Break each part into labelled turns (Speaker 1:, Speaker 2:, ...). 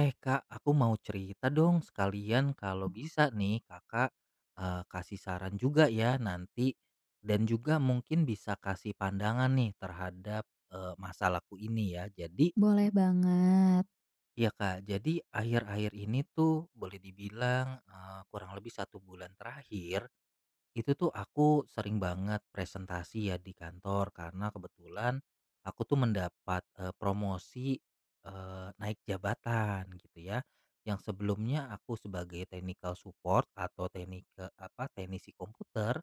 Speaker 1: Kak, aku mau cerita dong sekalian kalau bisa nih Kakak kasih saran juga ya nanti dan juga mungkin bisa kasih pandangan nih terhadap masalahku ini ya. Jadi
Speaker 2: Boleh banget.
Speaker 1: ya Kak, jadi akhir-akhir ini tuh boleh dibilang kurang lebih satu bulan terakhir itu tuh aku sering banget presentasi ya di kantor karena kebetulan aku tuh mendapat promosi, naik jabatan gitu ya. Yang sebelumnya aku sebagai technical support atau teknik apa teknisi komputer,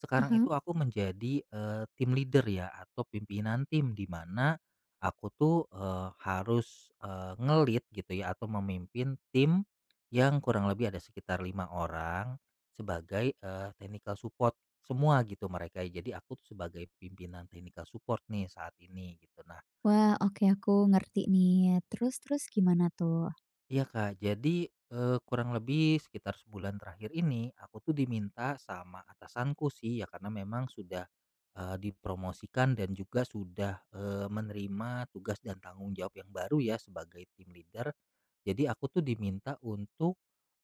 Speaker 1: sekarang itu
Speaker 2: Ah,
Speaker 1: aku menjadi tim leader ya atau pimpinan tim di mana aku tuh harus ngelit gitu ya atau memimpin tim yang kurang lebih ada sekitar lima orang sebagai, technical support semua gitu mereka. Ya. Jadi aku tuh sebagai pimpinan technical support nih saat ini gitu. Nah,
Speaker 2: wah, oke, aku ngerti nih. Terus terus gimana tuh?
Speaker 1: iya Kak, jadi, kurang lebih sekitar sebulan terakhir ini, aku tuh diminta sama atasanku sih, ya karena memang sudah, dipromosikan dan juga sudah, menerima tugas dan tanggung jawab yang baru ya sebagai tim leader. Jadi aku tuh diminta untuk,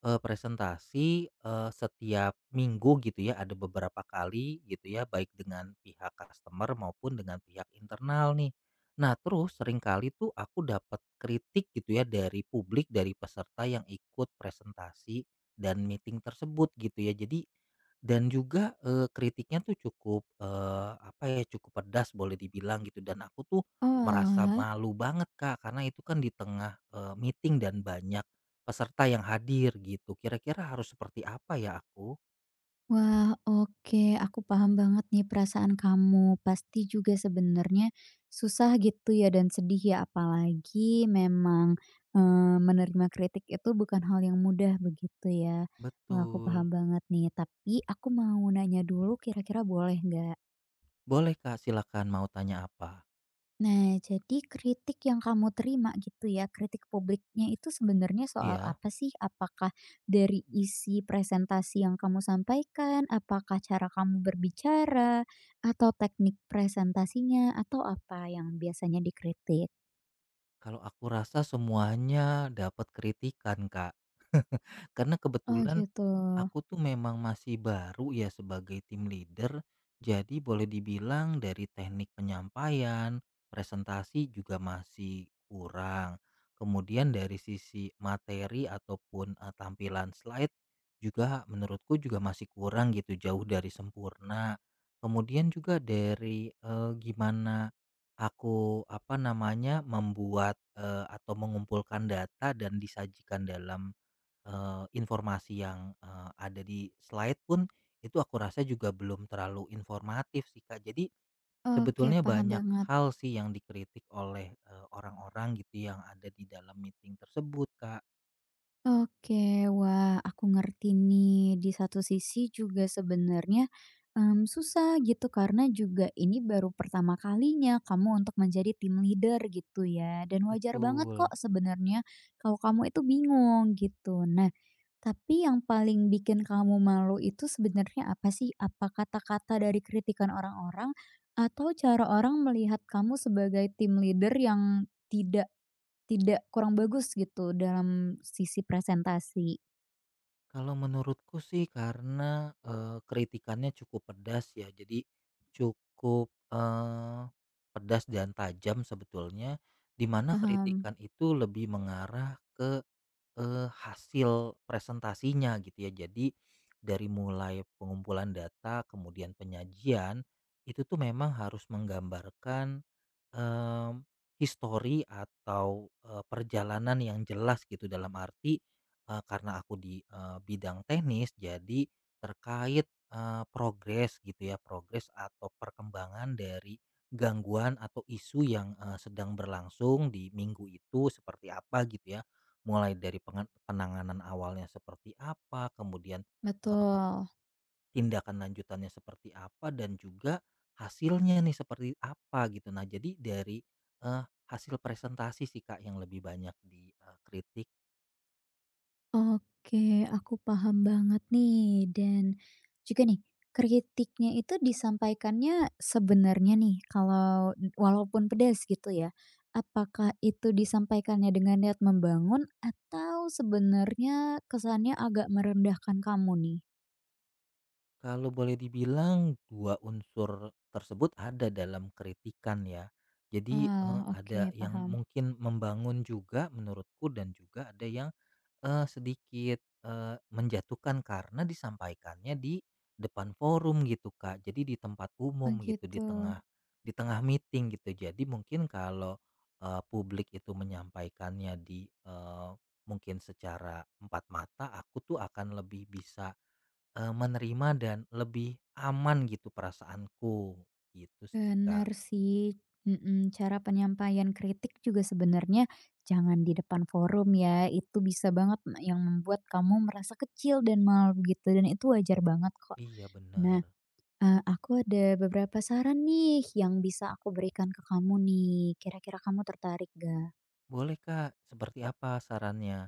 Speaker 1: presentasi, setiap minggu gitu ya, ada beberapa kali gitu ya, baik dengan pihak customer maupun dengan pihak internal nih. Nah, terus seringkali tuh aku dapat kritik gitu ya dari publik, dari peserta yang ikut presentasi dan meeting tersebut gitu ya. Jadi dan juga kritiknya tuh cukup apa ya cukup pedas boleh dibilang gitu dan aku tuh merasa
Speaker 2: Oalah.
Speaker 1: malu banget Kak karena itu kan di tengah meeting dan banyak peserta yang hadir gitu. Kira-kira harus seperti apa ya aku?
Speaker 2: Wah, oke. Aku paham banget nih perasaan kamu. Pasti juga sebenarnya susah gitu ya dan sedih ya, apalagi memang, menerima kritik itu bukan hal yang mudah begitu ya. Wah, aku
Speaker 1: Betul.
Speaker 2: paham banget nih. Tapi aku mau nanya dulu kira-kira boleh nggak?
Speaker 1: Boleh Kak, silakan mau tanya apa?
Speaker 2: Nah, jadi kritik yang kamu terima gitu ya, kritik publiknya itu sebenarnya soal
Speaker 1: Iya.
Speaker 2: apa sih? Apakah dari isi presentasi yang kamu sampaikan, apakah cara kamu berbicara, atau teknik presentasinya, atau apa yang biasanya dikritik?
Speaker 1: Kalau aku rasa semuanya dapat kritikan, Kak. Karena
Speaker 2: Oh
Speaker 1: kebetulan,
Speaker 2: gitu.
Speaker 1: aku tuh memang masih baru ya sebagai tim leader, jadi boleh dibilang dari teknik penyampaian, presentasi juga masih kurang. Kemudian dari sisi materi ataupun tampilan slide juga menurutku juga masih kurang gitu, jauh dari sempurna. Kemudian juga dari gimana aku apa namanya membuat atau mengumpulkan data dan disajikan dalam informasi yang, ada di slide pun itu aku rasa juga belum terlalu informatif sih, Kak. Jadi
Speaker 2: Oke,
Speaker 1: sebetulnya
Speaker 2: paham
Speaker 1: banyak
Speaker 2: banget.
Speaker 1: hal sih yang dikritik oleh, orang-orang gitu yang ada di dalam meeting tersebut, Kak.
Speaker 2: Oke, wah aku ngerti nih. Di satu sisi juga sebenarnya, susah gitu karena juga ini baru pertama kalinya kamu untuk menjadi tim leader gitu ya, dan wajar banget
Speaker 1: Betul.
Speaker 2: kok sebenarnya kalau kamu itu bingung gitu. Nah, tapi yang paling bikin kamu malu itu sebenarnya apa sih? Apa kata-kata dari kritikan orang-orang atau cara orang melihat kamu sebagai tim leader yang tidak tidak kurang bagus gitu dalam sisi presentasi.
Speaker 1: Kalau menurutku sih karena, kritikannya cukup pedas ya, jadi cukup, eee, pedas dan tajam sebetulnya, di mana
Speaker 2: Paham,
Speaker 1: kritikan itu lebih mengarah hasil presentasinya gitu ya. Jadi dari mulai pengumpulan data, kemudian penyajian, itu tuh memang harus menggambarkan, mmm, histori atau, perjalanan yang jelas gitu dalam arti, karena aku di, bidang teknis jadi terkait, progres gitu ya, progres atau perkembangan dari gangguan atau isu yang, sedang berlangsung di minggu itu seperti apa gitu ya. Mulai dari pengan penanganan awalnya seperti apa, kemudian, eee,
Speaker 2: betul.
Speaker 1: tindakan lanjutannya seperti apa, dan juga hasilnya nih seperti apa gitu. Nah, jadi dari, eee, hasil presentasi sih Kak yang lebih banyak dikritik.
Speaker 2: Oke, aku paham banget nih dan juga nih, kritiknya itu disampaikannya sebenarnya nih kalau walaupun pedas gitu ya, apakah itu disampaikannya dengan niat membangun atau sebenarnya kesannya agak merendahkan kamu nih?
Speaker 1: Kalau boleh dibilang 2 unsur tersebut ada dalam kritikan ya. Jadi,
Speaker 2: Ah, oke,
Speaker 1: ada yang
Speaker 2: paham.
Speaker 1: mungkin membangun juga menurutku dan juga ada yang, sedikit, menjatuhkan karena disampaikannya di depan forum gitu, Kak. Jadi di tempat
Speaker 2: Oh
Speaker 1: umum gitu,
Speaker 2: gitu.
Speaker 1: di tengah meeting gitu. Jadi mungkin kalau, publik itu menyampaikannya di, mungkin secara empat mata, aku tuh akan lebih bisa menerima dan lebih aman gitu perasaanku, gitu sih, Kak.
Speaker 2: Benar sih, mhm, cara penyampaian kritik juga sebenarnya jangan di depan forum ya, itu bisa banget yang membuat kamu merasa kecil dan malu gitu, dan itu wajar banget kok.
Speaker 1: Iya,
Speaker 2: Nah,
Speaker 1: bener.
Speaker 2: aku ada beberapa saran nih yang bisa aku berikan ke kamu nih, kira-kira kamu tertarik nggak?
Speaker 1: Boleh, Kak. Seperti apa sarannya?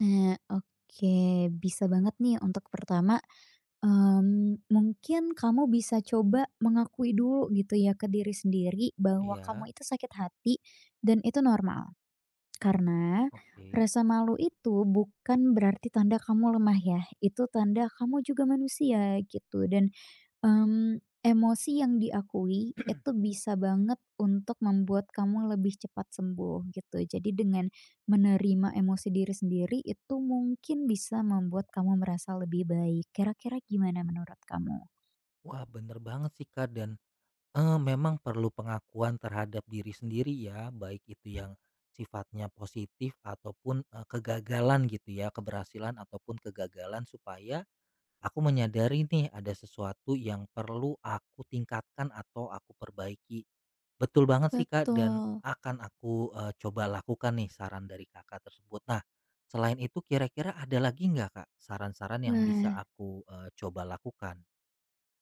Speaker 2: Nah, oke, bisa banget nih untuk pertama. Mungkin kamu bisa coba mengakui dulu gitu ya ke diri sendiri bahwa
Speaker 1: Iya,
Speaker 2: kamu itu sakit hati dan itu normal. Karena
Speaker 1: oke.
Speaker 2: rasa malu itu bukan berarti tanda kamu lemah ya, itu tanda kamu juga manusia gitu dan emosi yang diakui itu bisa banget untuk membuat kamu lebih cepat sembuh gitu. Jadi dengan menerima emosi diri sendiri itu mungkin bisa membuat kamu merasa lebih baik. Kira-kira gimana menurut kamu?
Speaker 1: Wah, bener banget sih, Kak, dan, memang perlu pengakuan terhadap diri sendiri ya, baik itu yang sifatnya positif ataupun, kegagalan gitu ya, keberhasilan ataupun kegagalan supaya aku menyadari nih ada sesuatu yang perlu aku tingkatkan atau aku perbaiki. Betul banget sih, Kak, dan
Speaker 2: Betul.
Speaker 1: akan aku, coba lakukan nih saran dari Kakak tersebut. Nah, selain itu kira-kira ada lagi nggak, Kak, saran-saran yang bisa
Speaker 2: Wah,
Speaker 1: aku, coba lakukan?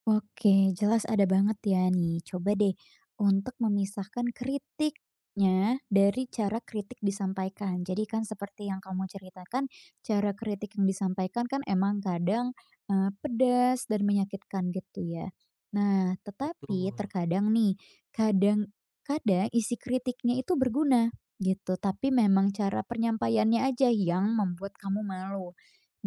Speaker 2: oke, jelas ada banget ya nih. Coba deh untuk memisahkan kritiknya dari cara kritik disampaikan. Jadi kan seperti yang kamu ceritakan, cara kritik yang disampaikan kan emang kadang pedas dan menyakitkan gitu ya. Nah, tetapi
Speaker 1: Betul,
Speaker 2: terkadang nih, kadang kadang isi kritiknya itu berguna gitu, tapi memang cara penyampaiannya aja yang membuat kamu malu.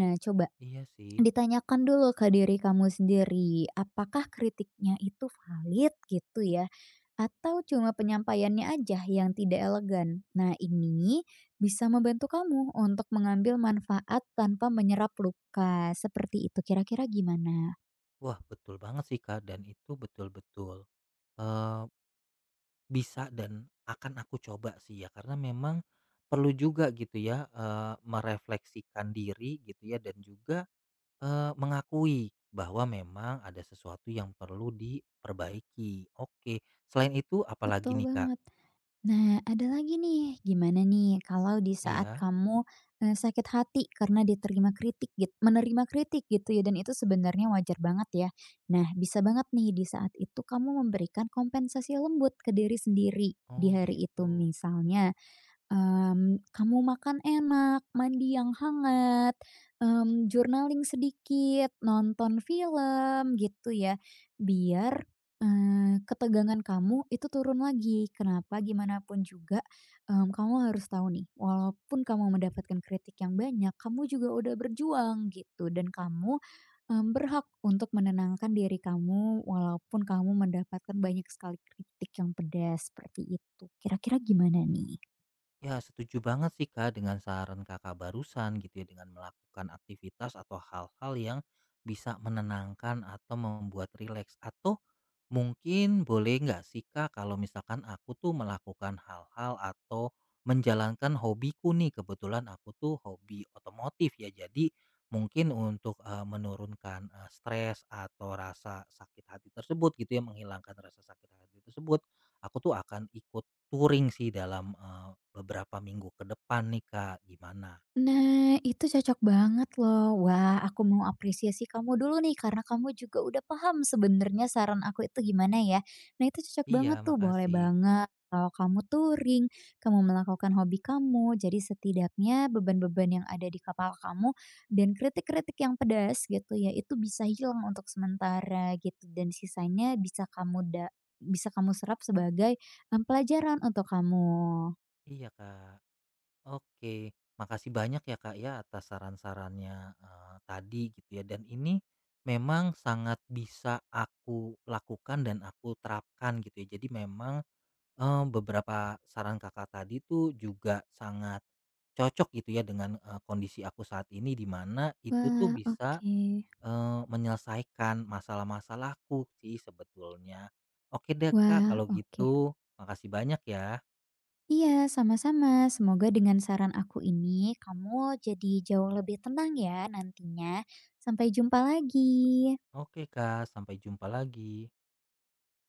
Speaker 2: Nah, coba
Speaker 1: iya sih.
Speaker 2: ditanyakan dulu ke diri kamu sendiri, apakah kritiknya itu valid gitu ya, atau cuma penyampaiannya aja yang tidak elegan. Nah, ini bisa membantu kamu untuk mengambil manfaat tanpa menyerap luka. Seperti itu, kira-kira gimana?
Speaker 1: Wah, betul banget sih, Kak, dan itu betul-betul, eee, bisa dan akan aku coba sih ya, karena memang perlu juga gitu ya, merefleksikan diri gitu ya dan juga mengakui bahwa memang ada sesuatu yang perlu diperbaiki. Oke, selain itu apalagi
Speaker 2: Betul
Speaker 1: nih, Kak?
Speaker 2: banget. Nah, ada lagi nih, gimana nih kalau di saat
Speaker 1: Iya?
Speaker 2: kamu, sakit hati karena diterima kritik menerima kritik gitu ya dan itu sebenarnya wajar banget ya. Nah, bisa banget nih di saat itu kamu memberikan kompensasi lembut ke diri sendiri di
Speaker 1: Oh,
Speaker 2: hari itu.
Speaker 1: gitu.
Speaker 2: Misalnya, kamu makan enak, mandi yang hangat, journaling sedikit, nonton film gitu ya, biar, ketegangan kamu itu turun lagi. Kenapa? Gimana pun juga, kamu harus tahu nih, walaupun kamu mendapatkan kritik yang banyak, kamu juga udah berjuang gitu dan kamu, berhak untuk menenangkan diri kamu walaupun kamu mendapatkan banyak sekali kritik yang pedas seperti itu. Kira-kira gimana nih?
Speaker 1: Ya, setuju banget sih Kak dengan saran Kakak barusan gitu ya dengan melakukan aktivitas atau hal-hal yang bisa menenangkan atau membuat rileks atau mungkin boleh nggak sih Kak kalau misalkan aku tuh melakukan hal-hal atau menjalankan hobiku nih kebetulan aku tuh hobi otomotif ya jadi mungkin untuk menurunkan stres atau rasa sakit hati tersebut gitu ya menghilangkan rasa sakit hati tersebut aku tuh akan ikut touring sih dalam, beberapa minggu ke depan nih, Kak. Gimana?
Speaker 2: Nah, itu cocok banget loh. Wah, aku mau apresiasi kamu dulu nih karena kamu juga udah paham sebenarnya saran aku itu gimana ya. Nah, itu cocok
Speaker 1: Iya,
Speaker 2: banget tuh, boleh
Speaker 1: makasih.
Speaker 2: banget. Kalau kamu touring, kamu melakukan hobi kamu, jadi setidaknya beban-beban yang ada di kepala kamu dan kritik-kritik yang pedas gitu ya, itu bisa hilang untuk sementara gitu dan sisanya bisa kamu da bisa kamu serap sebagai pelajaran untuk kamu.
Speaker 1: Iya, Kak. Oke. Makasih banyak ya, Kak, ya atas saran-sarannya, tadi gitu ya, dan ini memang sangat bisa aku lakukan dan aku terapkan gitu ya. Jadi memang, beberapa saran Kakak tadi tuh juga sangat cocok gitu ya dengan, kondisi aku saat ini di mana itu tuh
Speaker 2: Wah,
Speaker 1: bisa
Speaker 2: oke.
Speaker 1: Menyelesaikan masalah-masalahku sih sebetulnya. Oke deh, Kak,
Speaker 2: Wah,
Speaker 1: kalau
Speaker 2: oke.
Speaker 1: gitu. Makasih banyak ya.
Speaker 2: Iya, sama-sama. Semoga dengan saran aku ini kamu jadi jauh lebih tenang ya nantinya. Sampai jumpa lagi.
Speaker 1: Oke, Kak, sampai jumpa lagi.